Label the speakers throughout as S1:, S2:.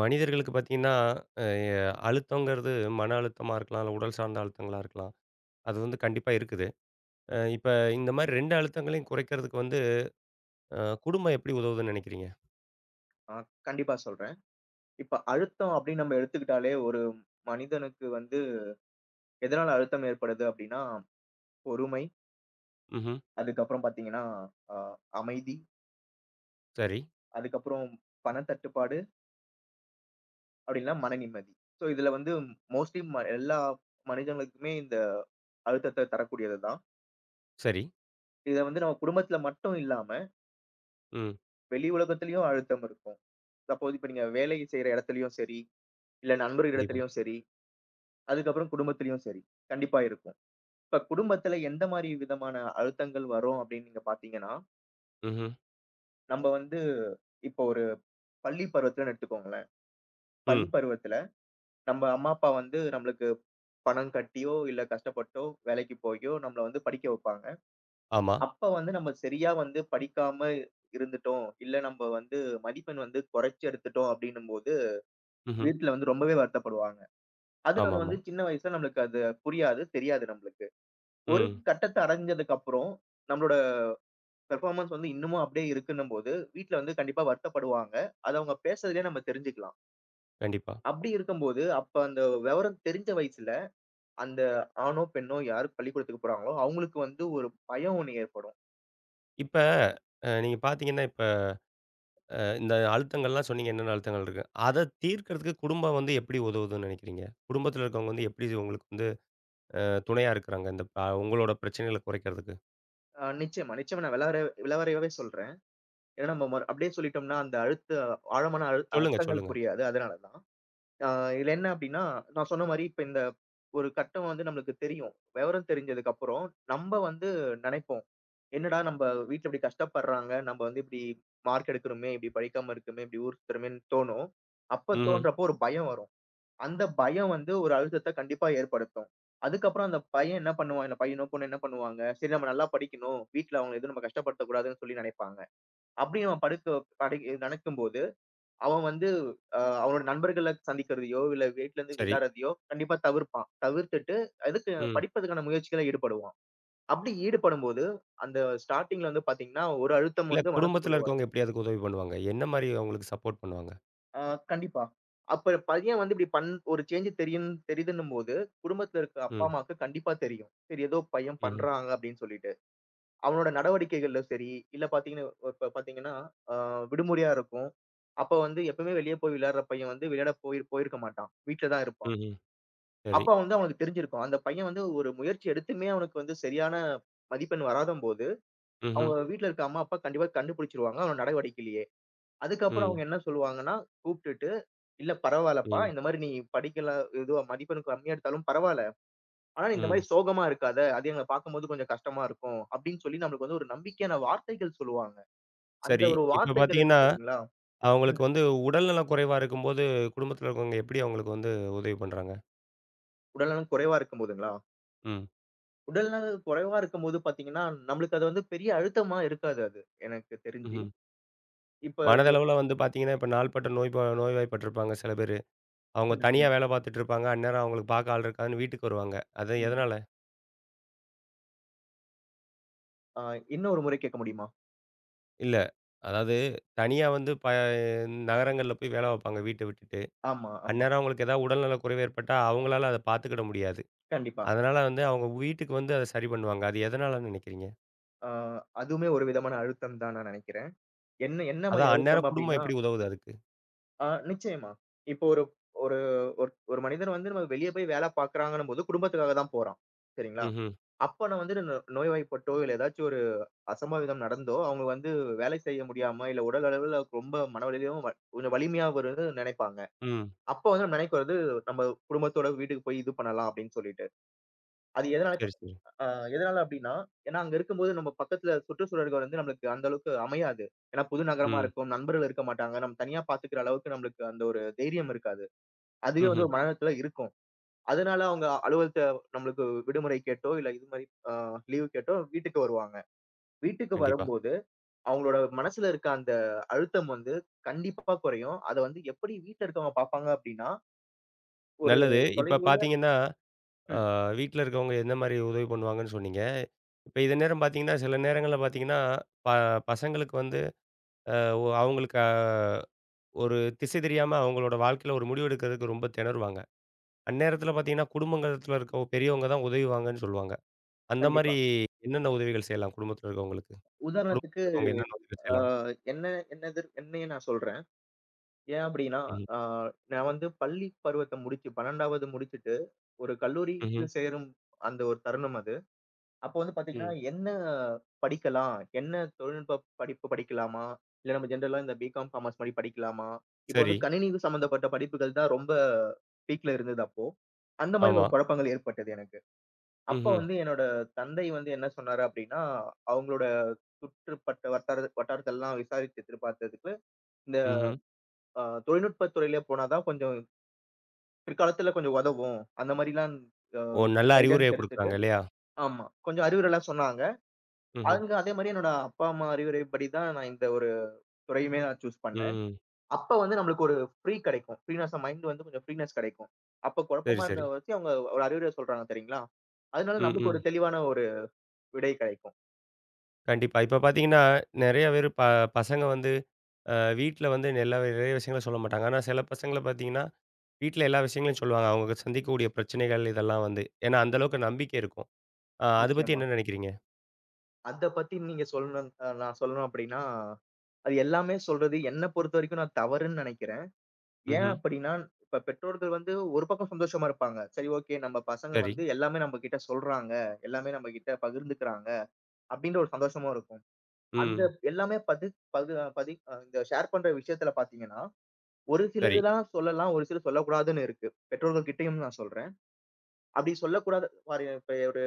S1: மனிதர்களுக்கு பார்த்தீங்கன்னா, அ எ அழுத்தங்கிறது மன அழுத்தமா இருக்கலாம், இல்ல உடல் சார்ந்த அழுத்தங்களா இருக்கலாம். அது வந்து கண்டிப்பா இருக்குது. இப்ப இந்த மாரி 2 அழுத்தங்களையும் குறைக்கிறதுக்கு வந்து அ குடும்பம் எப்படி உதவுதுன்னு நெனைக்கிறீங்க?
S2: ஆ, கண்டிப்பா சொல்றேன். இப்ப அழுத்தம் அப்படின்னு நம்ம எடுத்துக்கிட்டாலே, ஒரு மனிதனுக்கு வந்து எதனால அழுத்தம் ஏற்படுது அப்படின்னா, பொறுமை,
S1: ம்ஹ்ம்.
S2: அதுக்கப்புறம் பார்த்தீங்கன்னா, அ அமைதி,
S1: சரி,
S2: அதுக்கப்புறம் பணத்தட்டுப்பாடு, அப்படின்னா மன நிம்மதி. ஸோ இதுல வந்து மோஸ்ட்லி எல்லா மனிதர்களுக்குமே இந்த அழுத்தத்த தரக்கூடியது தான்.
S1: சரி.
S2: இத வந்து நம்ம குடும்பத்துல மட்டும் இல்லாம,
S1: ம்.
S2: வெளி உலகத்திலயும் அழுத்தம் இருக்கும். சப்போஸ் இப்ப நீங்க வேலை செய்ற இடத்துலயும் சரி, இல்ல நண்பர்கள்
S1: கண்டிப்பா.
S2: இடத்துலயும் சரி, அதுக்கப்புறம் குடும்பத்திலயும் சரி, கண்டிப்பா இருக்கும். இப்ப குடும்பத்துல எந்த மாரி விதமான அழுத்தங்கள் வரும் அப்படின்னு நீங்க பார்த்தீங்கன்னா,
S1: ம்ஹ்ம்.
S2: நம்ம வந்து இப்போ ஒரு பள்ளி பருவத்துலன்னு எடுத்துக்கோங்களேன். பள்ளி
S1: ம்.
S2: பருவத்துல நம்ம அம்மா, அப்பா வந்து நம்மளுக்கு பணம் கட்டியோ, இல்ல கஷ்டப்பட்டோ வேலைக்கு போயோ நம்மள வந்து படிக்க வைப்பாங்க.
S1: ஆமா.
S2: அப்ப வந்து நம்ம சரியா வந்து படிக்காம இருந்துட்டோம், இல்ல நம்ம வந்து மதிப்பெண் வந்து குறைச்சு எடுத்துட்டோம் அப்படின்னும்போது,
S1: ம்ஹ்ம்.
S2: வீட்ல வந்து ரொம்பவே வருத்தப்படுவாங்க. அது நம்ம
S1: ஆமாமா.
S2: வந்து சின்ன வயசுல நம்மளுக்கு அது புரியாது, தெரியாது நம்மளுக்கு. ஒரு
S1: ம்.
S2: கட்டத்த அடைஞ்சதுக்கு அப்புறம் நம்மளோட பெர்ஃபார்மன்ஸ் வந்து இன்னமும் அப்படியே இருக்குன்னும்போது, வீட்ல வந்து கண்டிப்பா வருத்தப்படுவாங்க. அத அவங்க பேசுறதிலயே நம்ம தெரிஞ்சுக்கலாம்.
S1: கண்டிப்பா.
S2: அப்படி இருக்கும்போது, அப்ப அந்த விவரம் தெரிஞ்ச வயசுல, அந்த ஆணோ, பெண்ணோ யாரு பள்ளிக்கூடத்துக்கு போறாங்களோ, அவங்களுக்கு வந்து ஒரு பயம் ஒண்ணு ஏற்படும்.
S1: இப்ப நீங்க பார்த்தீங்கன்னா, இப்ப இந்த அழுத்தங்கள்லாம் சொன்னீங்க என்னென்ன அழுத்தங்கள் இருக்கு. அத தீர்க்கிறதுக்கு குடும்பம் வந்து எப்படி உதவுதுன்னு நெனைக்கிறீங்க? குடும்பத்தில இருக்கவங்க வந்து எப்படி உங்களுக்கு வந்து துணையா இருக்கிறாங்க? இந்த உங்களோட பிரச்சனைகள குறைக்கிறதுக்கு?
S2: நிச்சயமா, நிச்சயமா நான் விளவறையாவே சொல்றேன். ஏன்னா நம்ம மறு அப்படியே சொல்லிட்டோம்னா, அந்த ஆழமான
S1: சொல்லுங்க,
S2: அர்த்தங்கள்
S1: சொல்லுங்க.
S2: புரியாது. அதனால தான். ஆ இதுல என்ன அப்டின்னா, நான் சொன்ன மாரி இப்ப இந்த ஒரு கட்டம் வந்து நம்மளுக்கு தெரியும். விவரம் தெரிஞ்சதுக்கு அப்புறம், நம்ப வந்து நெனைப்போம். என்னடா நம்ப வீட்ல இப்டி கஷ்டப்படுறாங்க. நம்ப வந்து இப்டி மார்க் எடுக்கிறோமே, இப்டி படிக்காம இருக்கோமே, இப்டி ஊர் சுத்துறோமேன்னு தோணும். அப்ப
S1: ம்ஹ்ம்.
S2: தோன்றப்போ ஒரு பயம் வரும். அந்த பயம் வந்து ஒரு அழுத்தத்த கண்டிப்பா ஏற்படுத்தும். அதுக்கப்புறம் அந்த பையன் என்ன பண்ணுவான், இல்ல பையனோ, பொண்ணோ என்ன பண்ணுவாங்க, சரி நம்ம நல்லா படிக்கணும். வீட்ல அவங்கள எதுவும் நம்ம கஷ்டப்படுத்தக்கூடாதுன்னு சொல்லி நெனைப்பாங்க. அப்டி நம்ம படுக்க படி நெனைக்கும்போது அவன் வந்து அவனோட நண்பர்கள சந்திக்கிறதையோ, இல்ல வீட்ல இருந்து
S1: சரி.
S2: விளையாடுறதையோ கண்டிப்பா தவிர்ப்பான். தவிர்த்துட்டு அதுக்கு
S1: ம்.
S2: படிப்பதற்கான முயற்சியில ஈடுபடுவான். அப்படி ஈடுபடும்போது, அந்த ஸ்டார்ட்டிங்ல வந்து பார்த்தீங்கன்னா, ஒரு அழுத்தம்
S1: இல்ல
S2: வந்து
S1: குடும்பத்தில
S2: மனசுக்குள்ள வரும்.
S1: இருக்கவங்க எப்படி அதுக்கு உதவி பண்ணுவாங்க? என்ன மாரி அவங்களுக்கு சப்போர்ட் பண்ணுவாங்க?
S2: அ கண்டிப்பா. அப்ப பையன் வந்து இப்படி ஒரு சேஞ்ச் தெரியுதுன்னும்போது, குடும்பத்தில இருக்க அப்பா,
S1: ம்.
S2: அம்மாவுக்கு கண்டிப்பா தெரியும். சரி ஏதோ பையன்
S1: ம்ஹ்ம்.
S2: பண்றாங்க அப்படின்னு சொல்லிட்டு. அவனோட நடவடிக்கைகள்ல சரி, இல்ல பார்த்தீங்கன்னா இப்ப பார்த்தீங்கன்னா, அ விடுமுறையா இருக்கும். அப்ப வந்து எப்பவுமே வெளிய போய் விளையாடுற பையன் வந்து விளையாட போய் போயிருக்க மாட்டான். வீட்ல தான் இருப்பான்.
S1: ம்ஹ்ம். சரி.
S2: அப்ப வந்து அவனுக்கு தெரிஞ்சிருக்கும். அந்த பையன் வந்து ஒரு முயற்சி எடுத்துமே அவனுக்கு வந்து சரியான மதிப்பெண் வராதம்போது,
S1: ம்ஹ்ம்.
S2: அவங்க வீட்ல இருக்க அம்மா, அப்பா கண்டிப்பா கண்டுபிடிச்சுருவாங்க. அவனோட நடவடிக்கையிலேயே. அதுக்கப்புறம்
S1: ம்.
S2: அவங்க என்ன சொல்லுவாங்கன்னா, கூப்ட்டுட்டு, "இல்ல பரவால்லப்பா.
S1: ம்.
S2: இந்த மாரி நீ படிக்கல இதுவா மதிப்பெண் கம்மியா எடுத்தாலும் பரவால்ல. ஆனா இந்த மாரி
S1: ம்.
S2: சோகமா இருக்காத. அது எங்கள பாக்கும்போது கொஞ்சம் கஷ்டமா இருக்கும்." அப்படின்னு சொல்லி நம்மளுக்கு வந்து ஒரு நம்பிக்கையான வார்த்தைகள் சொல்லுவாங்க. அந்த
S1: சரி.
S2: ஒரு
S1: இப்ப
S2: வார்த்தைகள்
S1: பார்த்தீங்கன்னா,
S2: இருக்கு தெரியுங்களா?
S1: அவங்களுக்கு
S2: ம்.
S1: வந்து உடல்நல குறைவா இருக்கும்போது, குடும்பத்தில இருக்கவங்க எப்படி அவங்களுக்கு வந்து உதவி பண்றாங்க?
S2: உடல்நலம் குறைவா இருக்கும்போதுங்களா?
S1: ம்.
S2: உடல்நலம் குறைவா இருக்கும்போது பாத்தீங்கன்னா, நம்மளுக்கு அது வந்து பெரிய அழுத்தமா இருக்காது அது, எனக்கு தெரிஞ்சு.
S1: ம்ஹ்ம்.
S2: இப்ப
S1: மனதளவுல வந்து பார்த்தீங்கன்னா, இப்ப நாள்பட்ட நோய்வாய்ப்பட்டிருப்பாங்க சில பேரு. அவங்க தனியா வேலை பார்த்துட்டு இருப்பாங்க. அந்நேரம் அவங்களுக்கு பார்க்க ஆள் இருக்காதுன்னு வீட்டுக்கு வருவாங்க. அது
S2: ம்.
S1: எதனால?
S2: ஆ இன்னொரு முறை கேட்க முடியுமா?
S1: இல்ல. அதாவது தனியா வந்து நகரங்கள்ல போய் வேலை பார்ப்பாங்க வீட்ட விட்டுட்டு.
S2: ஆமா, ஆமா.
S1: அந்நேரம் அவங்களுக்கு ஏதாவது உடல்நல குறைவு ஏற்பட்டா, அவங்களால அத பார்த்துக்கிட முடியாது.
S2: கண்டிப்பா.
S1: அதனால வந்து அவங்க வீட்டுக்கு வந்து அத சரி பண்ணுவாங்க. அது எதனாலன்னு நினைக்கிறீங்க?
S2: ஆ அதுவுமே ஒரு விதமான அழுத்தம் தான் நான் நினைக்கிறேன். என்ன என்ன மாரி
S1: அதான்
S2: அழுத்தம்
S1: அந்நேரம் குடும்பம்
S2: அப்டின்னா,
S1: எப்படி உதவுது அதுக்கு?
S2: நிச்சயமா. இப்போ ஒரு ஒரு ஒரு ஒரு மனிதர் வந்து நம்ம வெளிய போய் வேல பார்க்குறாங்கன்னும்போது குடும்பத்துக்காக தான் போறான். சரிங்களா?
S1: ம்ஹ்ம்.
S2: அப்ப நான் வந்து நோய்வாய்ப்பட்டோ, இல்ல ஏதாச்சும் ஒரு அசம்பாவிதம் நடந்தோ, அவங்க வந்து வேலை செய்ய முடியாம, இல்ல உடல் அளவுல ரொம்ப மனவலிமையும் கொஞ்சம் வலிமையா வரும்னு நினைப்பாங்க.
S1: ம்.
S2: அப்ப வந்து நம்ம நினைக்கிறது, நம்ம குடும்பத்தோட வீட்டுக்கு போய் இது பண்ணலாம் அப்டின்னு சொல்லிட்டு. அது எதனால
S1: சரி, சரி.
S2: ஆ எதனால அப்டின்னா, ஏன்னா அங்க இருக்கும்போது நம்ம பக்கத்துல சுற்றுச்சூழல்கள் வந்து நம்மளுக்கு அந்த அளவுக்கு அமையாது. ஏன்னா புது நகரமா
S1: ம்.
S2: இருக்கும், நண்பர்கள் இருக்க மாட்டாங்க. நம்ம தனியா பாத்துக்கிற அளவுக்கு நம்மளுக்கு அந்த ஒரு தைரியம் இருக்காது. அதுவே வந்து
S1: ம்ஹ்ம்.
S2: ஒரு மன அழுத்தத்துல இருக்கும். அதனால அவங்க அலுவலகத்த நம்மளுக்கு விடுமுறை கேட்டோ, இல்ல இது மாரி லீவ் கேட்டோ வீட்டுக்கு வருவாங்க. வீட்டுக்கு
S1: கண்டிப்பா.
S2: வரும்போது அவங்களோட மனசுல இருக்க அந்த அழுத்தம் வந்து கண்டிப்பா குறையும். அத வந்து எப்படி வீட்ல இருக்கவங்க பாப்பாங்க அப்டின்னா, ஒரு
S1: நல்லது. இப்ப
S2: தொலைதூர
S1: பார்த்தீங்கன்னா, அ
S2: ம்.
S1: வீட்ல இருக்கவங்க எந்த மாரி உதவி பண்ணுவாங்கன்னு சொன்னீங்க. இப்ப இதே நேரம் பார்த்தீங்கன்னா, சில நேரங்கள்ல பார்த்தீங்கன்னா, ப பசங்களுக்கு வந்து அ ஒ அவங்களுக்கு ஒரு திசை தெரியாம அவங்களோட வாழ்க்கையில ஒரு முடிவு எடுக்கிறதுக்கு ரொம்ப திணறுவாங்க. அந்நேரத்துல பார்த்தீங்கன்னா, குடும்பங்கத்துல இருக்க பெரியவங்க தான் உதவுவாங்கன்னு சொல்லுவாங்க. அந்த மாரி
S2: கண்டிப்பா.
S1: என்னென்ன உதவிகள் செய்யலாம் குடும்பத்துல இருக்கவங்களுக்கு? குடும்பத்துல
S2: உதாரணத்துக்கு
S1: இருக்கவங்க என்னென்ன உதவி
S2: அ
S1: செய்யலாம்?
S2: என்ன என்ன எதிர் என்னையே நான் சொல்றேன். ஏன் அப்படின்னா,
S1: ம்.
S2: ஆ நான் வந்து பள்ளி பருவத்த முடிச்சு 12வது முடிச்சுட்டு, ஒரு கல்லூரிக்கு
S1: ம்ஹ்ம்.
S2: சேரும் அந்த ஒரு தருணம் அது. அப்போ வந்து பாத்தீங்கன்னா,
S1: ம்.
S2: என்ன படிக்கலாம்? என்ன தொழில்நுட்ப படிப்பு படிக்கலாமா? இல்ல நம்ம ஜென்ரலா இந்த பிகாம், காமர்ஸ் மாரி படிக்கலாமா? இப்போ
S1: சரி.
S2: வந்து கணினி சம்மந்தப்பட்ட படிப்புகள் தான் ரொம்ப பீக்ல இருந்தது அப்போ. அந்த மாரி
S1: ஆமா.
S2: ஒரு குழப்பங்கள் ஏற்பட்டது எனக்கு. அப்போ
S1: ம்ஹ்ம்.
S2: வந்து என்னோட தந்தை வந்து என்ன சொன்னாரு அப்படின்னா, அவங்களோட சுற்றுப்பட்ட வட்டார வட்டாரத்தெல்லாம் விசாரிச்சு எதிர்பார்த்ததுக்கு, இந்த
S1: ம்ஹ்ம்.
S2: தொழில்நுட்பத் துறையிலே போனா தான் கொஞ்சம் பிற்காலத்துல கொஞ்சம் உதவும். அந்த மாரிலாம் அ
S1: ஓ! நல்ல அறிவுரைய
S2: கைடன்ஸ் எடுத்துட்டு
S1: குடுக்குறாங்க இல்லையா?
S2: ஆமா. கொஞ்சம் அறிவுரைலாம் சொன்னாங்க.
S1: ம்ஹ்ம்.
S2: அவங்க அதே மாரி என்னோட அப்பா, அம்மா அறிவுரைப்படி தான் நான் இந்த ஒரு துறையுமே நான் சூஸ் பண்ணேன்.
S1: ம்.
S2: அப்ப வந்து நம்மளுக்கு ஒரு ஃப்ரீ கிடைக்கும். ஃப்ரீனஸ் மைண்ட் வந்து கொஞ்சம் ஃப்ரீனஸ் கிடைக்கும். அப்ப
S1: சரி,
S2: குழப்பமா
S1: சரி.
S2: இருந்தத வச்சு அவங்க ஒரு அறிவுரை சொல்றாங்க தெரியுங்களா? அதனால
S1: ம்,
S2: நம்மளுக்கு
S1: ம்.
S2: ஒரு தெளிவான ஒரு விடை கிடைக்கும்.
S1: கண்டிப்பா. இப்ப பார்த்தீங்கன்னா, நெறைய பேரு பசங்க வந்து வீட்ல வந்து எல்லா நிறைய விஷயங்கள சொல்ல மாட்டாங்க. ஆனா சில பசங்கள பார்த்தீங்கன்னா வீட்ல எல்லா விஷயங்களையும் சொல்லுவாங்க. அவங்க சந்திக்கக்கூடிய பிரச்சனைகள் இதெல்லாம் வந்து. ஏன்னா, அந்த அளவுக்கு நம்பிக்கை இருக்கும். அத பத்தி
S2: நிச்சயமா.
S1: என்ன நினைக்கிறீங்க?
S2: அத பத்தி நீங்க சொல்லணும் நான் சொல்லணும் அப்படின்னா, அது எல்லாமே சொல்றது என்ன பொறுத்தவரைக்கும் நான் தவறுன்னு நெனைக்கிறேன். ஏன்
S1: ம்ஹ்ம்.
S2: அப்படின்னா, இப்ப பெற்றோர்கள் வந்து ஒரு பக்கம் சந்தோஷமா இருப்பாங்க. சரி ஓகே நம்ம பசங்க
S1: சரி.
S2: வந்து எல்லாமே நம்மகிட்ட சொல்றாங்க. எல்லாமே நம்மகிட்ட பகிர்ந்துக்கிறாங்க. அப்படின்ற ஒரு சந்தோஷமும் இருக்கும். அந்த
S1: ம்.
S2: எல்லாமே பதி பகு பதி அ இந்த ஷேர் பண்ற விஷயத்துல பார்த்தீங்கன்னா, ஒரு
S1: சரி.
S2: சிலதுலாம் சொல்லலாம். ஒரு சிலது சொல்லக்கூடாதுன்னு இருக்கு. பெற்றோர்கள் கிட்டயும் நான் சொல்றேன். அப்படி சொல்லக்கூடாத பாரு இப்ப ஒரு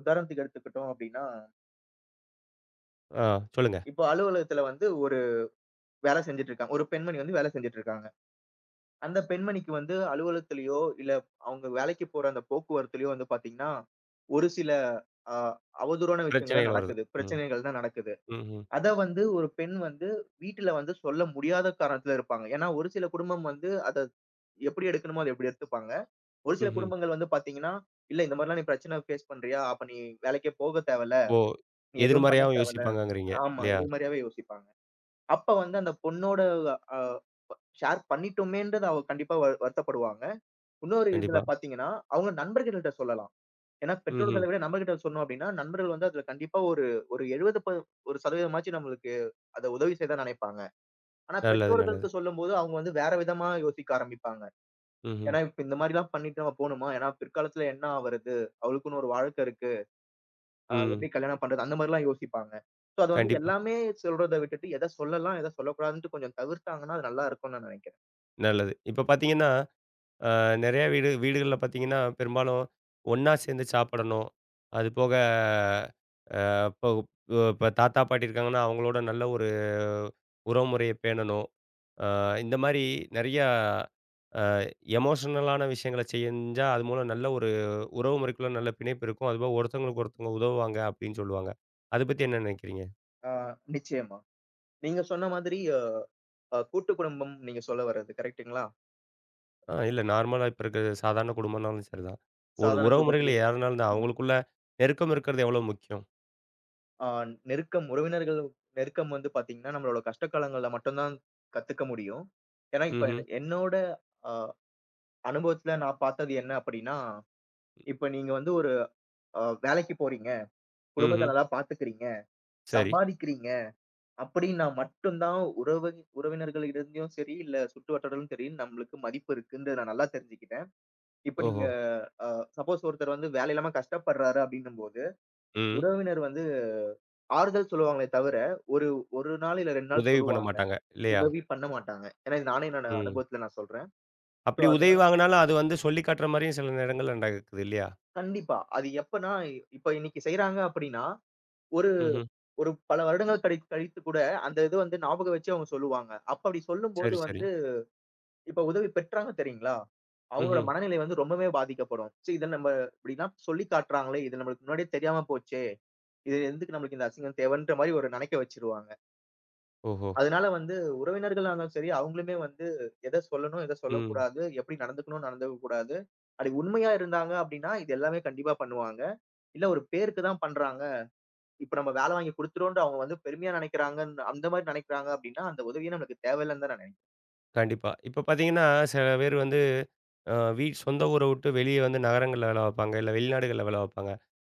S2: உதாரணத்துக்கு எடுத்துக்கிட்டோம் அப்படின்னா,
S1: ஆ, சொல்லுங்க.
S2: இப்போ அலுவலகத்துல வந்து ஒரு வேலை செஞ்சுட்டு இருக்காங்க. ஒரு பெண்மணி வந்து வேலை செஞ்சுட்டு இருக்காங்க. அந்த பெண்மணிக்கு வந்து அலுவலகத்திலயோ, இல்ல அவங்க வேலைக்கு போற அந்த போக்குவரத்துலயோ வந்து பாத்தீங்கன்னா, ஒரு சில அ அவதூறான விஷயங்கள்லாம்
S1: பிரச்சனைகள் வருது.
S2: நடக்குது.
S1: ம்.
S2: பிரச்சனைகள் தான் நடக்குது.
S1: ம்ஹ்ம்.
S2: அத வந்து ஒரு பெண் வந்து வீட்டுல வந்து சொல்ல முடியாத காரணத்துல இருப்பாங்க. ஏன்னா, ஒரு சில குடும்பம் வந்து அத எப்படி எடுக்கணுமோ, அத எப்படி எடுத்துப்பாங்க. ஒரு சில
S1: ம்ஹ்ம்.
S2: குடும்பங்கள் வந்து பாத்தீங்கன்னா, "இல்ல இந்த மாரிலாம் நீ பிரச்சனை ஃபேஸ் பண்றியா? அப்ப நீ வேலைக்கே போக தேவையில்ல.
S1: ஓ!
S2: நீ எதுவும் பண்ண
S1: எதிர்மறையாவும்
S2: தேவையில்ல."
S1: யோசிப்பாங்கங்கிறீங்க.
S2: ஆமா.
S1: இல்லையா?
S2: இது மாரியாவே யோசிப்பாங்க. அப்ப வந்து அந்த பொண்ணோட அ ஷேர் பண்ணிட்டோமேன்றது அவ கண்டிப்பா வருத்தப்படுவாங்க. இன்னொரு இதுல
S1: கண்டிப்பா.
S2: பார்த்தீங்கன்னா, அவங்க நண்பர்கள்ட்ட சொல்லலாம். ஏன்னா
S1: ம்ஹ்ம்.
S2: பெற்றோர்கள விட நண்பர்கிட்ட சொன்னோம் அப்டின்னா, நண்பர்கள் வந்து அதுல கண்டிப்பா ஒரு ஒரு 70 ஒரு சதவீதமாச்சும் நம்மளுக்கு அத உதவி செய்ய தான் நினைப்பாங்க. ஆனா
S1: நல்லது, நல்லது.
S2: பெற்றோர்களுக்கு சொல்லும்போது அவங்க வந்து வேற விதமா யோசிக்க ஆரம்பிப்பாங்க.
S1: ம்ஹ்ம்.
S2: ஏன்னா இப்ப இந்த மாரிலாம் பண்ணிட்டு நம்ம போணுமா? ஏன்னா பிற்காலத்துல என்ன ஆவறது? அவளுக்குன்னு ஒரு வாழ்க்கை இருக்கு.
S1: ம்.
S2: எப்படி கல்யாணம் பண்றது? அந்த மாரிலாம் யோசிப்பாங்க. சோ அது வந்து
S1: கண்டிப்பா.
S2: எல்லாமே சொல்றத விட்டுட்டு எத சொல்லலாம், எத சொல்லக்கூடாதுன்ட்டு கொஞ்சம் தவிர்த்தாங்கன்னா, அது நல்லா இருக்கும்னு நான் நினைக்கிறேன்.
S1: நல்லது. இப்ப பார்த்தீங்கன்னா, அ நெறைய வீடு வீடுகள்ல பார்த்தீங்கன்னா, பெரும்பாலும் ஒண்ணா சேர்ந்து சாப்பிடணும். அது போக அ இப்போ இப்ப தாத்தா, பாட்டி இருக்காங்கன்னா, அவங்களோட நல்ல ஒரு உறவுமுறைய பேணணும். அ இந்த மாரி நெறையா அ எமோஷனலான விஷயங்கள செஞ்சா, அது மூலம் நல்ல ஒரு உறவு முறைக்குள்ள நல்ல பிணைப்பு இருக்கும். அதுபோக ஒருத்தவங்களுக்கு ஒருத்தவங்க உதவுவாங்க அப்டின்னு சொல்லுவாங்க. அத பத்தி என்ன நெனைக்கிறீங்க?
S2: ஆ நிச்சயமா. நீங்க சொன்ன மாதிரி கூட்டு குடும்பம் நீங்க சொல்ல வர்றது கரெக்ட்டுங்களா?
S1: ஆ, இல்ல நார்மலா இப்ப இருக்கிற சாதாரண குடும்பம்னாலும் சரிதான். ஒரு
S2: சாதாரண
S1: உறவு முறைகள்
S2: குடும்பத்திலே சொல்றீங்க.
S1: யாருனாலும் தான்
S2: ம்.
S1: அவங்களுக்குள்ள நெருக்கம் இருக்கிறது எவ்வளோ முக்கியம்?
S2: ஆ நெருக்கம் உறவினர்கள் நெருக்கம் வந்து பார்த்தீங்கன்னா, நம்மளோட கஷ்ட காலங்கள்ல மட்டும் தான் கத்துக்க முடியும். ஏன்னா, இப்ப
S1: ம்ஹ்ம்.
S2: என்னோட அ அனுபவத்துல நான் பார்த்தது என்ன அப்படின்னா, இப்ப நீங்க வந்து ஒரு வேலைக்கு போறீங்க, குடும்பத்த
S1: ம்ஹ்ம்.
S2: நல்லா பார்த்துக்கிறீங்க,
S1: சரி.
S2: சம்பாதிக்கிறீங்க அப்படின்னா மட்டும் தான் உறவு உறவினர்களிடந்தும் சரி, இல்ல சுற்று வட்டாரத்திலும் சரி, நம்மளுக்கு மதிப்பு இருக்குன்றத நான் நல்லா தெரிஞ்சுக்கிட்டேன். இப்ப நீங்க
S1: ஓஹோ!
S2: அ சப்போஸ் ஒருத்தர் வந்து வேலை இல்லாம கஷ்டப்படுறாரு அப்படின்னும்போது,
S1: ம்.
S2: உறவினர் வந்து ஆறுதல் சொல்லுவாங்களே தவிர, ஒரு 1 நாள் இல்ல 2 நாள்
S1: உதவி பண்ண
S2: சொல்லுவாங்க.
S1: மாட்டாங்க. இல்லையா?
S2: உதவி பண்ண மாட்டாங்க. ஏன்னா, இது நானே என்னோட
S1: ம்.
S2: அனுபவத்துல நான் சொல்றேன். சோ,
S1: அப்படி உதவி
S2: அதனால
S1: வாங்குனாலும் அது வந்து சொல்லி காட்டுற மாரியும் சில நேரங்கள்ல நடக்குது இல்லையா?
S2: கண்டிப்பா. அது எப்பன்னா, இப்ப இன்னைக்கு செய்றாங்க அப்படின்னா, ஒரு
S1: ம்ஹ்ம்.
S2: ஒரு பல வருடங்கள் கழித்து கூட அந்த இது வந்து ஞாபகம் வச்சு அவங்க சொல்லுவாங்க. அப்ப அப்படி சொல்லும்போது
S1: சரி, சரி.
S2: வந்து, இப்ப உதவி பெற்றாங்க தெரியுங்களா? அவங்களோட
S1: ம்ஹ்ம்.
S2: மனநிலை வந்து ரொம்பவே பாதிக்கப்படும். சரி இத நம்ம இப்படிலாம் சொல்லி காட்டுறாங்களே, இது நம்மளுக்கு முன்னாடியே தெரியாம போச்சே! இது எதுக்கு நம்மளுக்கு இந்த அசிங்கம் தேவைன்ற மாரி ஒரு நெனைக்க வச்சுருவாங்க.
S1: ஓஹோ!
S2: அதனால வந்து உறவினர்களா இருந்தாலும் சரி, அவங்களுமே வந்து எத சொல்லணும், எத
S1: ம்.
S2: சொல்லக்கூடாது, எப்படி நடந்துக்கணும், நடந்துக்க கூடாது. அப்படி உண்மையா இருந்தாங்க அப்படின்னா, இது எல்லாமே கண்டிப்பா பண்ணுவாங்க. இல்ல ஒரு பேருக்கு தான் பண்றாங்க. இப்ப நம்ம வேலை வாங்கி குடுத்துட்டோம்ன்ட்டு அவங்க வந்து பெருமையா நினைக்கிறாங்கன்னு அந்த மாதிரி நினைக்கிறாங்க அப்படின்னா, அந்த உதவியே நம்மளுக்கு தேவையில்லன்னு தான் நான் நினைக்கிறேன்.
S1: கண்டிப்பா. இப்ப பார்த்தீங்கன்னா, சில பேர் வந்து அ வீ சொந்த ஊர விட்டு வெளிய வந்து நகரங்கள்ல வேல பார்ப்பாங்க. இல்ல வெளிநாடுகள்ல வேல பார்ப்பாங்க.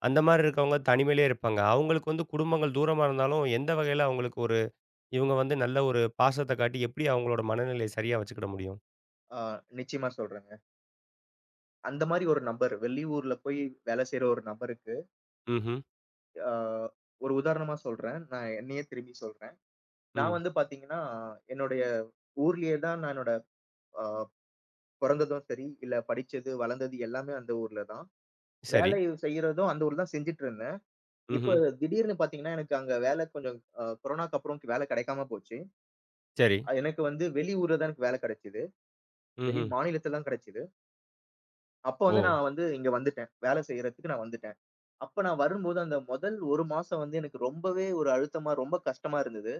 S1: அந்த மாரி இருக்கவங்க தனிமையிலே இருப்பாங்க. அவங்களுக்கு வந்து குடும்பங்கள் தூரமா இருந்தாலும், எந்த வகையில அவங்களுக்கு ஒரு இவங்க வந்து நல்ல ஒரு பாசத்த காட்டி எப்படி அவங்களோட மனநிலைய சரியா வச்சுக்கிட முடியும்?
S2: ஆ நிச்சயமா சொல்றேங்க. அந்த மாதிரி ஒரு நபர் வெளியூர்ல போய் வேலை செய்ற ஒரு நபருக்கு,
S1: ம்ஹ்ம்.
S2: ஆ ஒரு உதாரணமா சொல்றேன். நான் என்னையே திரும்பி சொல்றேன். நான்
S1: ம்.
S2: வந்து பாத்தீங்கன்னா, என்னுடைய ஊர்லயே தான் நான் என்னோட ஆ பொறந்ததும் சரி, இல்ல படிச்சது, வளர்ந்தது எல்லாமே அந்த ஊர்ல தான்.
S1: சரி.
S2: வேலை செய்றதும் அந்த ஊர்ல தான் செஞ்சுட்டு இருந்தேன்.
S1: ம்ஹ்ம்.
S2: இப்ப திடீர்னு பார்த்தீங்கன்னா, எனக்கு அங்க வேலை கொஞ்சம் கொரோனாக்கு அப்புறம் வேலை கிடைக்காம போச்சு.
S1: சரி.
S2: எனக்கு வந்து வெளியூர்ல தான் எனக்கு வேலை கிடைச்சது. வெளி
S1: ம்ஹ்ம்.
S2: மாநிலத்தில தான் கிடைச்சது. அப்ப
S1: ஓ!
S2: வந்து நான் வந்து இங்க வந்துட்டேன். வேலை செய்றதுக்கு நான் வந்துட்டேன். அப்ப நான் வரும்போது அந்த முதல் 1 மாசம் வந்து எனக்கு ரொம்பவே ஒரு அழுத்தமா, ரொம்ப கஷ்டமா இருந்தது.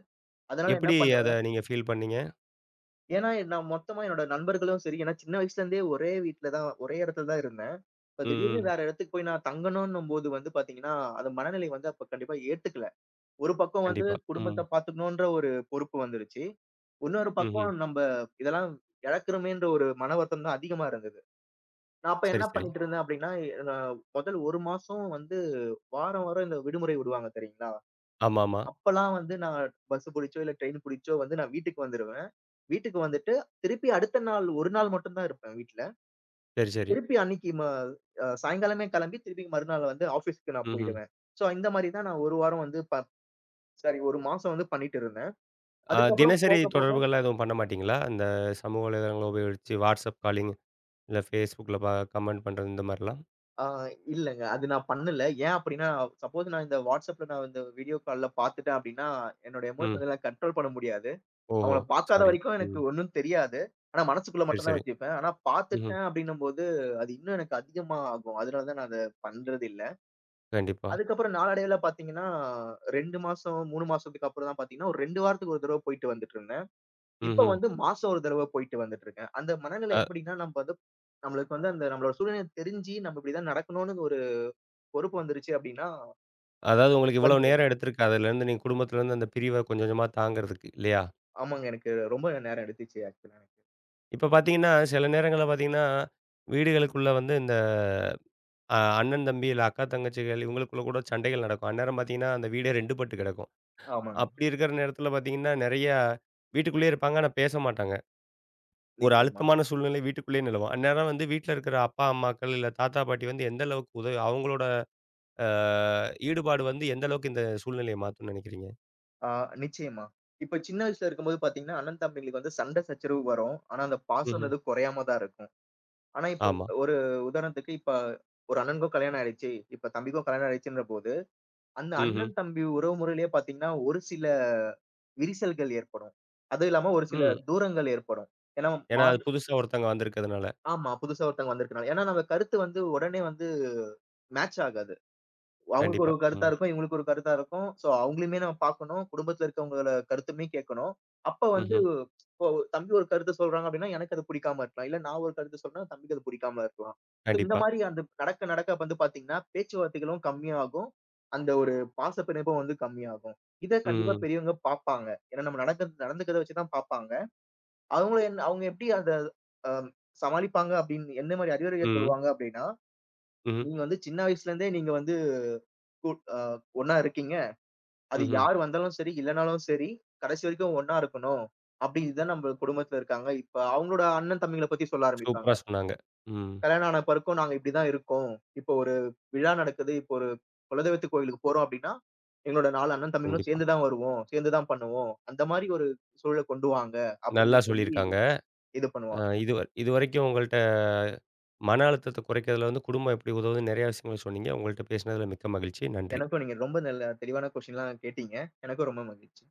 S2: அதனால என்ன
S1: எப்படி அத
S2: பண்ணுவேன்
S1: நீங்க ஃபீல் பண்ணீங்க?
S2: ஏன்னா நான் மொத்தமா என்னோட நண்பர்களும் சரி ஏன்னா சின்ன வயசுலேருந்தே ஒரே வீட்ல தான் ஒரே இடத்துல தான் இருந்தோம். இப்ப திடீர்னு
S1: ம்.
S2: வேற இடத்துக்கு போய் நான் தங்கணும்ன்னும்போது வந்து பாத்தீங்கன்னா, அது மனநிலை வந்து அப்ப கண்டிப்பா ஏத்துக்கல. ஒரு பக்கம் வந்து
S1: கண்டிப்பா. ம். கண்டிப்பா. ம்.
S2: குடும்பத்த பாத்துக்கணுன்ற ஒரு பொறுப்பு வந்துருச்சு. இன்னொரு
S1: ம்ஹ்ம்.
S2: பக்கம் நம்ப இதெல்லாம் இழக்கிறோமேன்ற ஒரு மன வருத்தம் தான் அதிகமா இருந்தது. நான் அப்ப
S1: சரி,
S2: என்ன
S1: சரி.
S2: பண்ணிட்டு இருந்தேன் அப்படின்னா, நான் முதல் 1 மாசம் வந்து வாரம், வாரம் இந்த விடுமுறை விடுவாங்க தெரியுங்களா?
S1: ஆமாமா.
S2: அப்பல்லாம் வந்து நான் பஸ் புடிச்சோ, இல்ல ட்ரெயின் புடிச்சோ வந்து நான் வீட்டுக்கு வந்துருவேன். வீட்டுக்கு வந்துட்டு திருப்பி அடுத்த நாள் 1 நாள் மட்டும் தான் இருப்பேன் வீட்ல.
S1: சரி, சரி.
S2: திருப்பி அன்னைக்கு ம அ சாயங்காலமே கிளம்பி, திருப்பி மறுநாள் வந்து ஆஃபீஸ்க்கு நான்
S1: ம்ஹ்ம்.
S2: போயிடுவேன். ஸோ இந்த மாரி தான் நான் 1 வாரம் வந்து சாரி 1 மாசம் வந்து பண்ணிட்டு இருந்தேன். அதுக்கப்புறம்
S1: தினசரி
S2: போக போக
S1: தொடர்புகள்லாம் எதுவும் பண்ண மாட்டீங்களா? அந்த சமூக வலைதளங்கள உபயோகிச்சு வாட்ஸ்அப் காலிங், இல்ல Facebookல கமெண்ட் பண்றது இந்த மாரிலாம்?
S2: ஆ இல்லங்க. அது நான் பண்ணல. ஏன் அப்டின்னா, சப்போஸ் நான் இந்த WhatsAppல நான் இந்த வீடியோ கால்ல பார்த்துட்டேன் அப்டின்னா, என்னோட
S1: ம்.
S2: எமோஷன் எல்லாம் கண்ட்ரோல் பண்ண முடியாது.
S1: ஓஹோ!
S2: அவங்கள பார்க்காத
S1: சாரி.
S2: வரைக்கும் எனக்கு
S1: ம்.
S2: ஒண்ணும் தெரியாது. ஆனா மனசுக்குள்ள
S1: சரி,
S2: மட்டும் தான்
S1: சரி.
S2: வச்சுப்பேன். ஆனா
S1: ம்ஹ்ம்.
S2: பார்த்துட்டேன் அப்டின்னும்போது, அது இன்னும் எனக்கு அதிகமா ஆகும். அதனால தான் நான் அத பண்றது இல்ல.
S1: கண்டிப்பா.
S2: அதுக்கப்புறம் நாளடைவில பார்த்தீங்கன்னா, 2 மாசம், 3 மாசத்துக்கு அப்புறம் தான் பார்த்தீங்கன்னா, ஒரு 2 வாரத்துக்கு ஒரு தடவ போயிட்டு வந்துட்டுருந்தேன். இப்ப
S1: ம்ஹ்ம்.
S2: வந்து மாசம் ஒரு தடவ போயிட்டு வந்துட்டுருக்கேன். அந்த மனநிலை
S1: அ
S2: எப்படின்னா, நம்ம வந்து நம்மளுக்கு வந்து அந்த நம்மளோட சூழ்நிலை தெரிஞ்சு, நம்ம இப்படிதான் நடக்கணும்னு ஒரு பொறுப்பு வந்துருச்சு அப்படின்னா,
S1: அதாவது உங்களுக்கு இவ்வளவு
S2: வந்துரும்.
S1: நேரம் எடுத்திருக்கு. அதுலேருந்து நீங்க குடும்பத்திலேருந்து அந்த பிரிவ கொஞ்சம் கொஞ்சமா தாங்கிறதுக்கு இல்லையா?
S2: ஆமாங்க. எனக்கு ரொம்ப நேரம் எடுத்துச்சு ஆக்சுவலா எனக்கு.
S1: இப்ப பார்த்தீங்கன்னா, சில நேரங்கள்ல பார்த்தீங்கன்னா, வீடுகளுக்குள்ள வந்து இந்த அண்ணன், தம்பி இல்ல அக்கா, தங்கச்சிகள் இவங்களுக்குள்ள கூட சண்டைகள் நடக்கும். அந்நேரம் பார்த்தீங்கன்னா, அந்த வீடே 2 பட்டு கிடக்கும்.
S2: ஆமாங்க.
S1: அப்படி இருக்கிற நேரத்தில பார்த்தீங்கன்னா, நெறைய வீட்டுக்குள்ளேயே இருப்பாங்க. ஆனா பேச மாட்டாங்க. ஒரு
S2: நிச்சயமா.
S1: அழுத்தமான சூழ்நிலை வீட்டுக்குள்ளேயே நிலவும். அந்நேரம் வந்து வீட்ல இருக்கிற அப்பா, அம்மாக்கள் இல்ல தாத்தா, பாட்டி வந்து எந்த அளவுக்கு உதவி அவங்களோட அ ஈடுபாடு வந்து எந்த அளவுக்கு இந்த சூழ்நிலைய மாத்தும்னு நினைக்கிறீங்க?
S2: ஆ நிச்சயமா. இப்ப சின்ன வயசுல இருக்கும்போது பார்த்தீங்கன்னா, அண்ணன் தம்பிங்களுக்கு வந்து சண்டை சச்சரவு வரும். ஆனா அந்த
S1: ம்ஹ்ம்.
S2: பாசம்ன்றது குறையாம தான் இருக்கும். ஆனா இப்ப
S1: ஆமா.
S2: ஒரு உதாரணத்துக்கு இப்ப ஒரு அண்ணனுக்கும் கல்யாணம் ஆயிடுச்சு. இப்ப தம்பிக்கும் கல்யாணம் ஆயிடுச்சுன்ற போது, அந்த
S1: ம்ஹ்ம்.
S2: அண்ணன் தம்பி உறவு முறையிலேயே பார்த்தீங்கன்னா, ஒரு சில விரிசல்கள் ஏற்படும். அதுவும் இல்லாம ஒரு சில
S1: ம்.
S2: தூரங்கள் ஏற்படும். ஏன்னா
S1: ஏன்னா அது
S2: மாறு
S1: புதுசா ஒருத்தங்க வந்திருக்கிறதுனால.
S2: ஆமா புதுசா ஒருத்தவங்க வந்திருக்கனால. ஏன்னா நம்ம கருத்து வந்து உடனே வந்து மேட்ச் ஆகாது. அவங்களுக்கு
S1: கண்டிப்பா.
S2: ஒரு கருத்தா
S1: ம்.
S2: இருக்கும். இவங்களுக்கு ஒரு கருத்தா இருக்கும். சோ, அவங்களையுமே நம்ம பார்க்கணும். குடும்பத்துல இருக்கவங்களோட கருத்துமே கேட்கணும். அப்ப வந்து
S1: ம்ஹ்ம்.
S2: இப்போ தம்பி ஒரு கருத்து சொல்றாங்க அப்படின்னா, எனக்கு அது பிடிக்காம இருக்கலாம். இல்ல நான் ஒரு கருத்து சொல்றேன், தம்பிக்கு அது பிடிக்காம இருக்கலாம். சோ, இந்த
S1: கண்டிப்பா.
S2: மாரி அந்த நடக்க நடக்க வந்து பார்த்தீங்கன்னா, பேச்சுவார்த்தைகளும் கம்மியாகும். அந்த ஒரு பாச பிணைப்பும் வந்து கம்மியாகும். இத கண்டிப்பா
S1: ம்.
S2: பெரியவங்க பார்ப்பாங்க. ஏன்னா நம்ம நடக்கறது நடந்துக்கிறத வச்சு தான் பார்ப்பாங்க. அவங்களும் என்ன அவங்க எப்படி அத அ சமாளிப்பாங்க அப்படின்னு என்ன மாரி அறிவுரைகள்
S1: ம்.
S2: சொல்லுவாங்க அப்படின்னா
S1: ம்.
S2: நீங்க வந்து சின்ன வயசுல இருந்தே நீங்க வந்து கூ அ ஒண்ணா இருக்கீங்க. அது
S1: ம்ஹ்ம்.
S2: யார் வந்தாலும் சரி, இல்லனாலும் சரி, கடைசி வரைக்கும் ஒண்ணா இருக்கணும். அப்படி இதுதான் நம்ம குடும்பத்துல இருக்காங்க. இப்ப அவங்களோட அண்ணன், தம்பிங்கள பத்தி சொல்ல ஆரம்பிப்பாங்க.
S1: சூப்பரா சொன்னாங்க. ம்.
S2: கல்யாணம் ஆன பிறகும் நாங்க இப்படிதான் இருக்கோம். இப்போ ஒரு விழா நடக்குது. இப்போ ஒரு குலதெய்வத்து கோயிலுக்கு போறோம் அப்படின்னா, எங்களோட 4 அண்ணன் தம்பிங்களும்
S1: கண்டிப்பா.
S2: சேர்ந்து தான் வருவோம். சேர்ந்து தான் பண்ணுவோம். அந்த மாதிரி ஒரு சூழல கொண்டு வாங்க
S1: நல்லா
S2: அப்படின்னு சொல்லி
S1: சொல்லியிருக்காங்க.
S2: இது
S1: அ
S2: பண்ணுவாங்க.
S1: இதுவ இதுவரைக்கும் உங்கள்ட்ட மன அழுத்தத்த குறைக்கிறதுல வந்து குடும்பம் எப்படி உதவுதுன்னு நெறைய விஷயங்கள் சொன்னீங்க. உங்கள்ட்ட பேசினதுல மிக்க மகிழ்ச்சி. நன்றி.
S2: எனக்கும் நீங்க ரொம்ப நல்ல தெளிவான கொஸ்டின்லாம் கேட்டீங்க. எனக்கும் ரொம்ப மகிழ்ச்சி.